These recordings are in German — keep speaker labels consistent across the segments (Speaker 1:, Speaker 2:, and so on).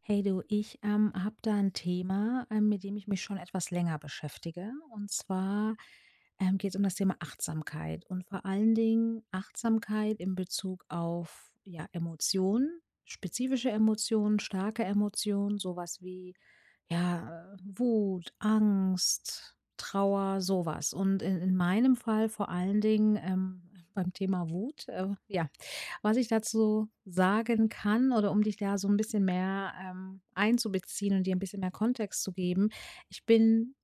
Speaker 1: Hey du, ich habe da ein Thema, mit dem ich mich schon etwas länger beschäftige. Und zwar geht es um das Thema Achtsamkeit und vor allen Dingen Achtsamkeit in Bezug auf ja, Emotionen, spezifische Emotionen, starke Emotionen, sowas wie ja, Wut, Angst, Trauer, sowas. Und in meinem Fall vor allen Dingen beim Thema Wut, ja, was ich dazu sagen kann, oder um dich da so ein bisschen mehr, einzubeziehen und dir ein bisschen mehr Kontext zu geben. Ich bin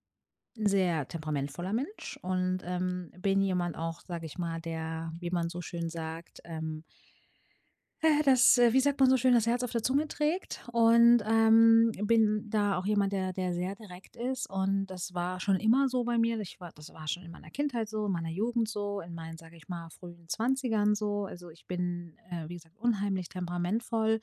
Speaker 1: 'n sehr temperamentvoller Mensch und, bin jemand auch, sage ich mal, der, wie man so schön sagt, wie sagt man so schön, das Herz auf der Zunge trägt und, bin da auch jemand, der sehr direkt ist und das war schon immer so bei mir. Ich war Das war schon in meiner Kindheit so, in meiner Jugend so, in meinen, sage ich mal, frühen Zwanzigern so. Also, ich bin, wie gesagt, unheimlich temperamentvoll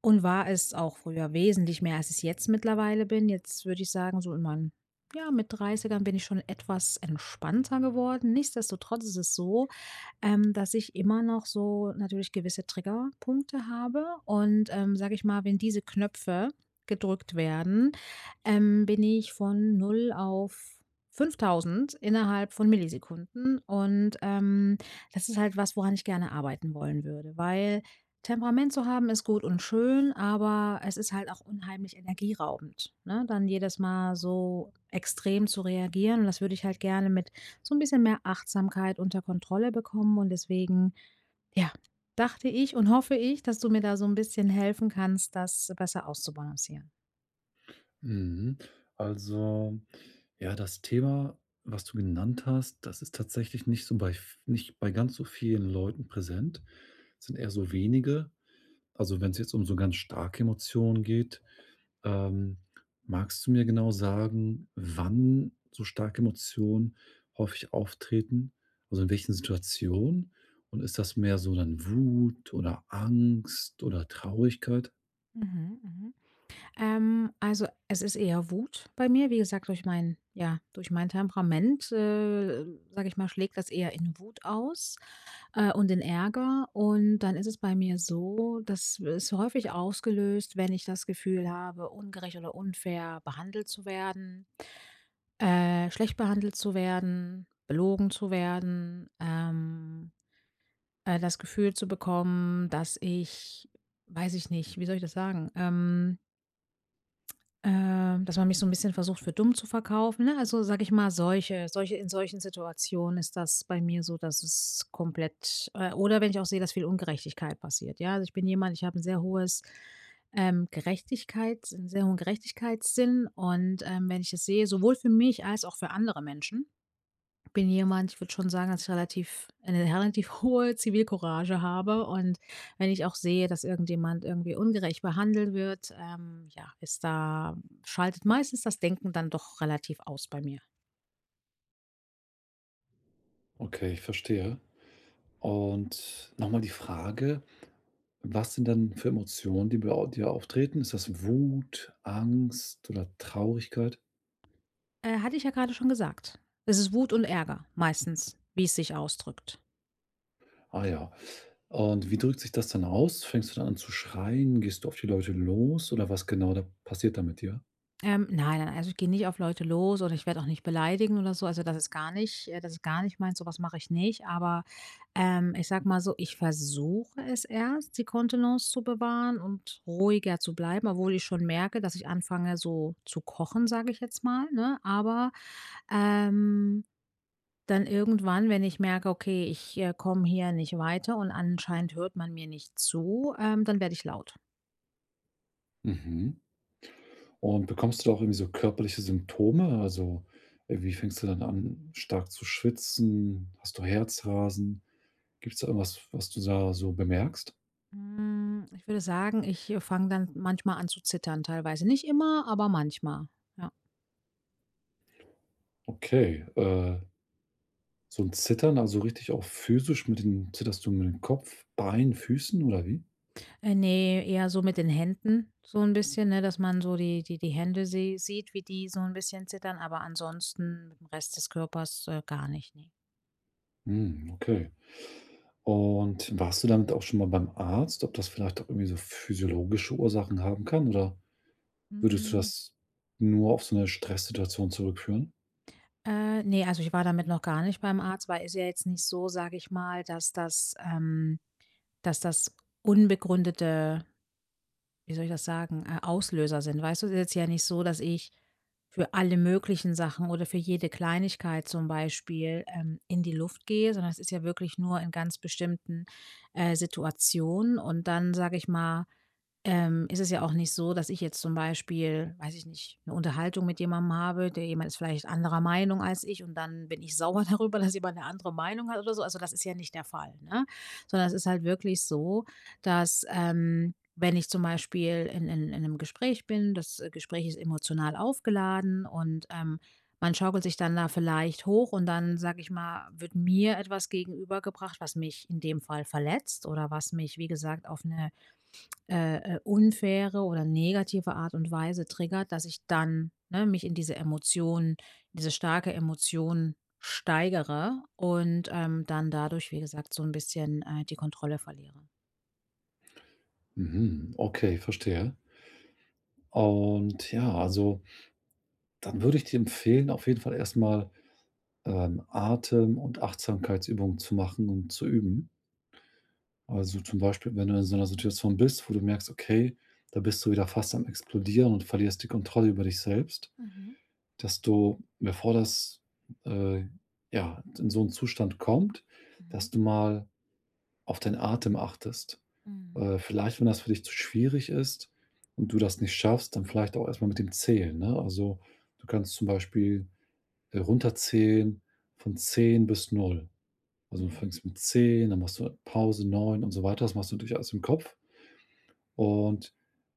Speaker 1: und war es auch früher wesentlich mehr, als ich's jetzt mittlerweile bin. Jetzt würde ich sagen, so in meinen, ja, mit Dreißigern bin ich schon etwas entspannter geworden. Nichtsdestotrotz ist es so, dass ich immer noch so natürlich gewisse Triggerpunkte habe und, sage ich mal, wenn diese Knöpfe gedrückt werden, bin ich von null auf 5.000 innerhalb von Millisekunden und, das ist halt was, woran ich gerne arbeiten wollen würde, weil Temperament zu haben ist gut und schön, aber es ist halt auch unheimlich energieraubend, ne? Dann jedes Mal so extrem zu reagieren, und das würde ich halt gerne mit so ein bisschen mehr Achtsamkeit unter Kontrolle bekommen und deswegen, ja, dachte ich und hoffe ich, dass du mir da so ein bisschen helfen kannst, das besser auszubalancieren.
Speaker 2: Mhm. Also, ja, das Thema, was du genannt hast, das ist tatsächlich nicht bei ganz so vielen Leuten präsent. Es sind eher so wenige. Also, wenn es jetzt um so ganz starke Emotionen geht, ähm, magst du mir genau sagen, wann so starke Emotionen häufig auftreten? Also, in welchen Situationen? Und ist das mehr so dann Wut oder Angst oder Traurigkeit?
Speaker 1: Mhm, mhm. Also, es ist eher Wut bei mir. Wie gesagt, durch mein Temperament, sage ich mal, schlägt das eher in Wut aus, und in Ärger. Und dann ist es bei mir so, das ist häufig ausgelöst, wenn ich das Gefühl habe, ungerecht oder unfair behandelt zu werden. Schlecht behandelt zu werden, belogen zu werden, das Gefühl zu bekommen, dass ich, weiß ich nicht, wie soll ich das sagen? Dass man mich so ein bisschen versucht, für dumm zu verkaufen, ne? Also, sage ich mal, solche solche in solchen Situationen ist das bei mir so, dass es komplett oder wenn ich auch sehe, dass viel Ungerechtigkeit passiert, ja? Also, ich bin jemand, ich habe ein sehr hohes, Gerechtigkeits 'n sehr hohen Gerechtigkeitssinn und, wenn ich es sehe, sowohl für mich als auch für andere Menschen, bin jemand, ich würde schon sagen, dass ich relativ hohe Zivilcourage habe, und wenn ich auch sehe, dass irgendjemand irgendwie ungerecht behandelt wird, ja, ist da schaltet meistens das Denken dann doch relativ aus bei mir.
Speaker 2: Okay, ich verstehe. Und nochmal die Frage: Was sind dann für Emotionen, die bei au dir auftreten? Ist das Wut, Angst oder Traurigkeit?
Speaker 1: Hatte ich ja gerade schon gesagt. Es ist Wut und Ärger meistens, wie es sich ausdrückt.
Speaker 2: Ah ja. Und wie drückt sich das dann aus? Fängst du dann an zu schreien? Gehst du auf die Leute los oder was genau da passiert da mit dir?
Speaker 1: Nein, nein, also ich gehe nicht auf Leute los oder ich werde auch nicht beleidigen oder so. Also das ist gar nicht meins, sowas mache ich nicht. Aber ich sag mal so, ich versuche es erst, die Kontenance zu bewahren und ruhiger zu bleiben, obwohl ich schon merke, dass ich anfange so zu kochen, sage ich jetzt mal. Ne? Aber ähm, dann irgendwann, wenn ich merke, okay, ich komme hier nicht weiter und anscheinend hört man mir nicht zu, dann werde ich laut.
Speaker 2: Mhm. Und bekommst du da auch irgendwie so körperliche Symptome? Also, wie fängst du dann an, stark zu schwitzen? Hast du Herzrasen? Gibt's da irgendwas, was du da so bemerkst?
Speaker 1: Hm, ich würde sagen, fange dann manchmal an zu zittern teilweise. Nicht immer, aber manchmal, ja.
Speaker 2: Okay, so 'n Zittern, also richtig auch physisch mit den zitterst du mit dem Kopf, Beinen, Füßen oder wie?
Speaker 1: Ne, eher so mit den Händen so ein bisschen, ne, dass man so die Hände sieht, wie die so ein bisschen zittern, aber ansonsten mit dem Rest des Körpers, gar nicht, ne.
Speaker 2: Hm, okay. Und warst du damit auch schon mal beim Arzt, ob das vielleicht auch irgendwie so physiologische Ursachen haben kann, oder würdest du
Speaker 1: Hm,
Speaker 2: das nur auf so 'ne Stresssituation zurückführen?
Speaker 1: ne, also ich war damit noch gar nicht beim Arzt, weil, ist ja jetzt nicht so, sage ich mal, dass das, dass das unbegründete, wie soll ich das sagen, Auslöser sind. Weißt du, es ist jetzt ja nicht so, dass ich für alle möglichen Sachen oder für jede Kleinigkeit zum Beispiel in die Luft gehe, sondern es ist ja wirklich nur in ganz bestimmten, Situationen. Und dann, sage ich mal, ist es ja auch nicht so, dass ich jetzt zum Beispiel, weiß ich nicht, eine Unterhaltung mit jemandem habe, der jemand ist vielleicht anderer Meinung als ich, und dann bin ich sauer darüber, dass jemand eine andere Meinung hat oder so. Also, das ist ja nicht der Fall, ne? Sondern es ist halt wirklich so, dass, wenn ich zum Beispiel in 'nem Gespräch bin, Gespräch ist emotional aufgeladen und, man schaukelt sich dann da vielleicht hoch, und dann, sage ich mal, wird mir etwas gegenübergebracht, was mich in dem Fall verletzt oder was mich, wie gesagt, auf eine unfaire oder negative Art und Weise triggert, dass ich dann, ne, mich in diese starke Emotion steigere und, dann dadurch, wie gesagt, so ein bisschen, die Kontrolle verliere.
Speaker 2: Mhm, okay, verstehe. Und ja, also, dann würde ich dir empfehlen, auf jeden Fall erst mal Atem- und Achtsamkeitsübungen zu machen und zu üben. Also, zum Beispiel, wenn du in so einer Situation bist, wo du merkst, okay, da bist du wieder fast am Explodieren und verlierst die Kontrolle über dich selbst,
Speaker 1: Mhm,
Speaker 2: dass du, bevor das äh, ja, in so einen Zustand kommt,
Speaker 1: mhm,
Speaker 2: dass du mal auf deinen Atem achtest.
Speaker 1: mhm,
Speaker 2: Vielleicht, wenn das für dich zu schwierig ist und du das nicht schaffst, dann vielleicht auch erstmal mit dem Zählen, ne? Also, du kannst zum Beispiel runterzählen von 10 bis null. Also, du
Speaker 1: mhm,
Speaker 2: fängst mit 10, dann machst du Pause, 9 und so weiter. Das machst du natürlich alles im Kopf. Und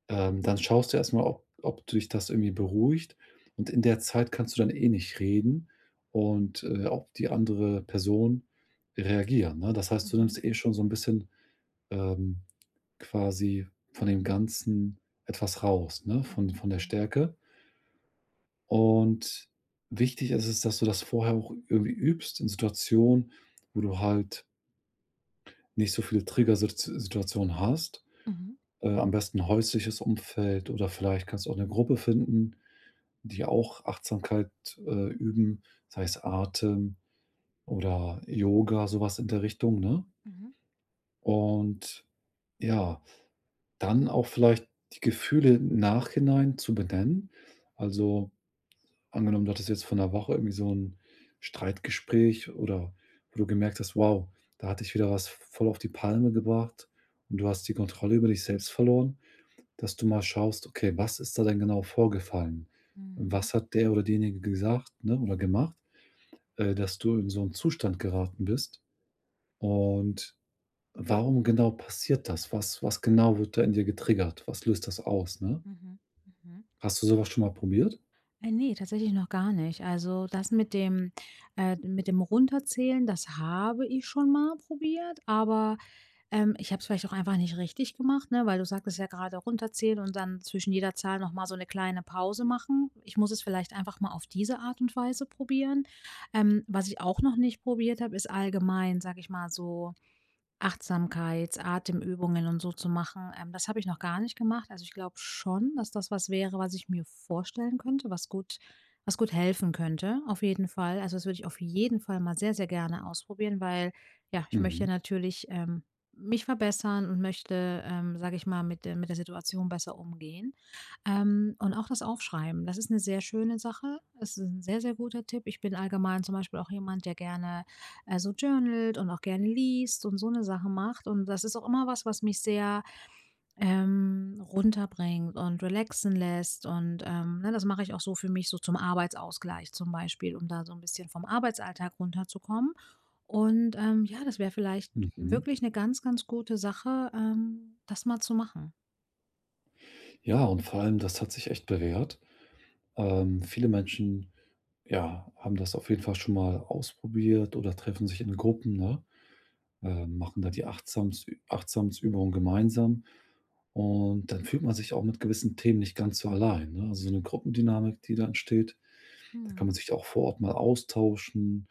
Speaker 2: dann schaust du erstmal, ob dich das irgendwie beruhigt. Und in der Zeit kannst du dann eh nicht reden und auf die andere Person reagieren, ne? Das heißt, du
Speaker 1: mhm,
Speaker 2: nimmst eh schon so ein bisschen ähm, quasi von dem Ganzen etwas raus, ne, von
Speaker 1: mhm,
Speaker 2: von der
Speaker 1: mhm,
Speaker 2: Stärke. Und wichtig ist es, dass du das vorher auch irgendwie übst in Situationen, wo du halt nicht so viele Triggersitz Situationen hast.
Speaker 1: mhm,
Speaker 2: Am besten häusliches Umfeld oder vielleicht kannst du auch eine Gruppe finden, die auch Achtsamkeit üben, sei es Atem oder Yoga, sowas in der Richtung, ne?
Speaker 1: mhm,
Speaker 2: Und ja, dann auch vielleicht die Gefühle im Nachhinein zu benennen. Also, angenommen, du hattest jetzt von der Woche irgendwie so ein Streitgespräch oder wo du gemerkt hast: „Wow, da hatte ich wieder was voll auf die Palme gebracht und du hast die Kontrolle über dich selbst verloren.“ Dass du mal schaust: Okay, was ist da denn genau vorgefallen?
Speaker 1: mhm,
Speaker 2: Was hat der oder diejenige gesagt, ne, oder gemacht, dass du in so einen Zustand geraten bist? Und warum genau passiert das? Was genau wird da in dir getriggert? Was löst das aus, ne?
Speaker 1: mhm, mhm.
Speaker 2: Hast du sowas schon mal probiert?
Speaker 1: Ne, tatsächlich noch gar nicht. Also, das mit dem Runterzählen, das habe ich schon mal probiert, aber ich habe es vielleicht auch einfach nicht richtig gemacht, ne, weil du sagtest ja gerade runterzählen und dann zwischen jeder Zahl noch mal so eine kleine Pause machen. Ich muss es vielleicht einfach mal auf diese Art und Weise probieren. Was ich auch noch nicht probiert habe, ist allgemein, sage ich mal, so Achtsamkeits-, Atemübungen und so zu machen, das habe ich noch gar nicht gemacht. Also, ich glaube schon, dass das was wäre, was ich mir vorstellen könnte, was gut helfen könnte, auf jeden Fall. Also, das würde ich auf jeden Fall mal sehr, sehr gerne ausprobieren, weil, ja, ich möchte ja
Speaker 2: Mhm,
Speaker 1: natürlich, mich verbessern und möchte, sage ich mal, mit der Situation besser umgehen. Und auch das Aufschreiben, das ist eine sehr schöne Sache. Das ist ein sehr, sehr guter Tipp. Ich bin allgemein zum Beispiel auch jemand, der gerne also journalt und auch gerne liest und so eine Sache macht. Und das ist auch immer was, was mich sehr, runterbringt und relaxen lässt. Und, ne, das mache ich auch so für mich so zum Arbeitsausgleich zum Beispiel, um da so ein bisschen vom Arbeitsalltag runterzukommen. Und, ja, das wäre vielleicht
Speaker 2: mhm.
Speaker 1: wirklich eine ganz, ganz gute Sache, das mal zu machen.
Speaker 2: Ja, und vor allem, das hat sich echt bewährt. Viele Menschen, ja, haben das auf jeden Fall schon mal ausprobiert oder treffen sich in Gruppen, ne? Äh, machen da die Achtsamst Achtsamsübungen gemeinsam und dann fühlt man sich auch mit gewissen Themen nicht ganz so allein, ne? Also, so eine Gruppendynamik, die da entsteht, da kann man
Speaker 1: Mhm.
Speaker 2: sich auch vor Ort mal austauschen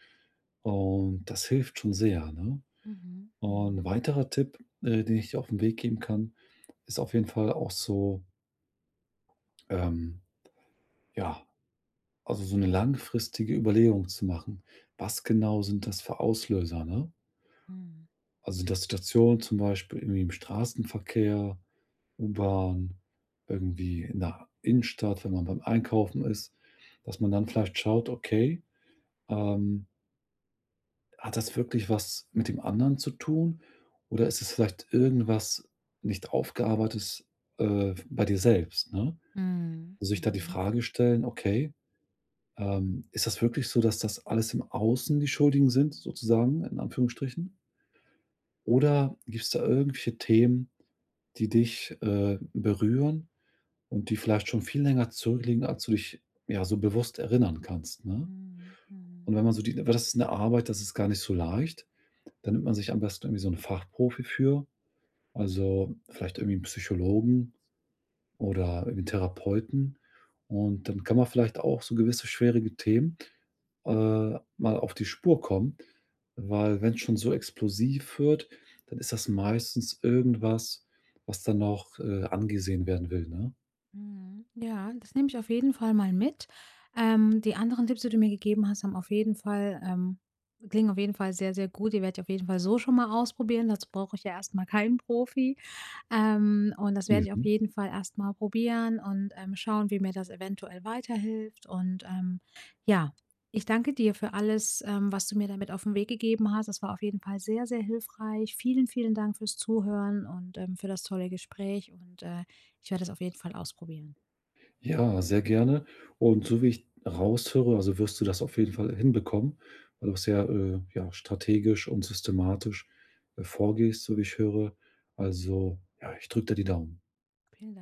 Speaker 2: und das hilft schon sehr, ne?
Speaker 1: Mhm.
Speaker 2: Und 'n
Speaker 1: Mhm.
Speaker 2: weiterer Tipp, den ich dir auf den Weg geben kann, ist auf jeden Fall auch so ähm, ja, also, so eine langfristige Überlegung zu machen. Was genau sind das für Auslöser, ne?
Speaker 1: Mhm.
Speaker 2: Also, sind das Situationen zum Beispiel irgendwie im Straßenverkehr, U-Bahn, irgendwie in der Innenstadt, wenn man beim Einkaufen ist, dass man dann vielleicht schaut: „Okay, ähm, hat das wirklich was mit dem anderen zu tun oder ist es vielleicht irgendwas nicht Aufgearbeitetes, bei dir selbst“, ne?
Speaker 1: Mhm.
Speaker 2: Also, sich da die
Speaker 1: Mhm.
Speaker 2: Frage stellen: „Okay, ist das wirklich so, dass das alles im Außen die Schuldigen sind sozusagen, in Anführungsstrichen? Oder gibt es da irgendwelche Themen, die dich, berühren und die vielleicht schon viel länger zurückliegen, als du dich, ja, so bewusst erinnern kannst, ne?
Speaker 1: Mhm. Mhm.
Speaker 2: Und wenn man so die das ist eine Arbeit, das ist gar nicht so leicht. Da nimmt man sich am besten irgendwie so einen Fachprofi für, also vielleicht irgendwie 'n Psychologen oder irgendwie 'n Therapeuten. Und dann kann man vielleicht auch so gewisse schwierige Themen, äh, mal auf die Spur kommen, weil wenn es schon so explosiv wird, dann ist das meistens irgendwas, was dann noch, angesehen werden will, ne?
Speaker 1: Mhm. Ja, das nehme ich auf jeden Fall mal mit. Die anderen Tipps, die du mir gegeben hast, haben auf jeden Fall, klingen auf jeden Fall sehr, sehr gut. Die werde ich auf jeden Fall so schon mal ausprobieren. Dazu brauche ich ja erstmal keinen Profi. Und das werde ich auf
Speaker 2: Mhm.
Speaker 1: jeden Fall erst mal probieren und, schauen, wie mir das eventuell weiterhilft. Und, ja, ich danke dir für alles, was du mir damit auf den Weg gegeben hast. Das war auf jeden Fall sehr, sehr hilfreich. Vielen, vielen Dank fürs Zuhören und, für das tolle Gespräch und, ich werde es auf jeden Fall ausprobieren.
Speaker 2: Ja, sehr gerne. Und so wie ich raushöre, also wirst du das auf jeden Fall hinbekommen, weil du sehr, ja, strategisch und systematisch, vorgehst, so wie ich höre. Also, ja, ich drücke dir die Daumen.
Speaker 1: Vielen Dank.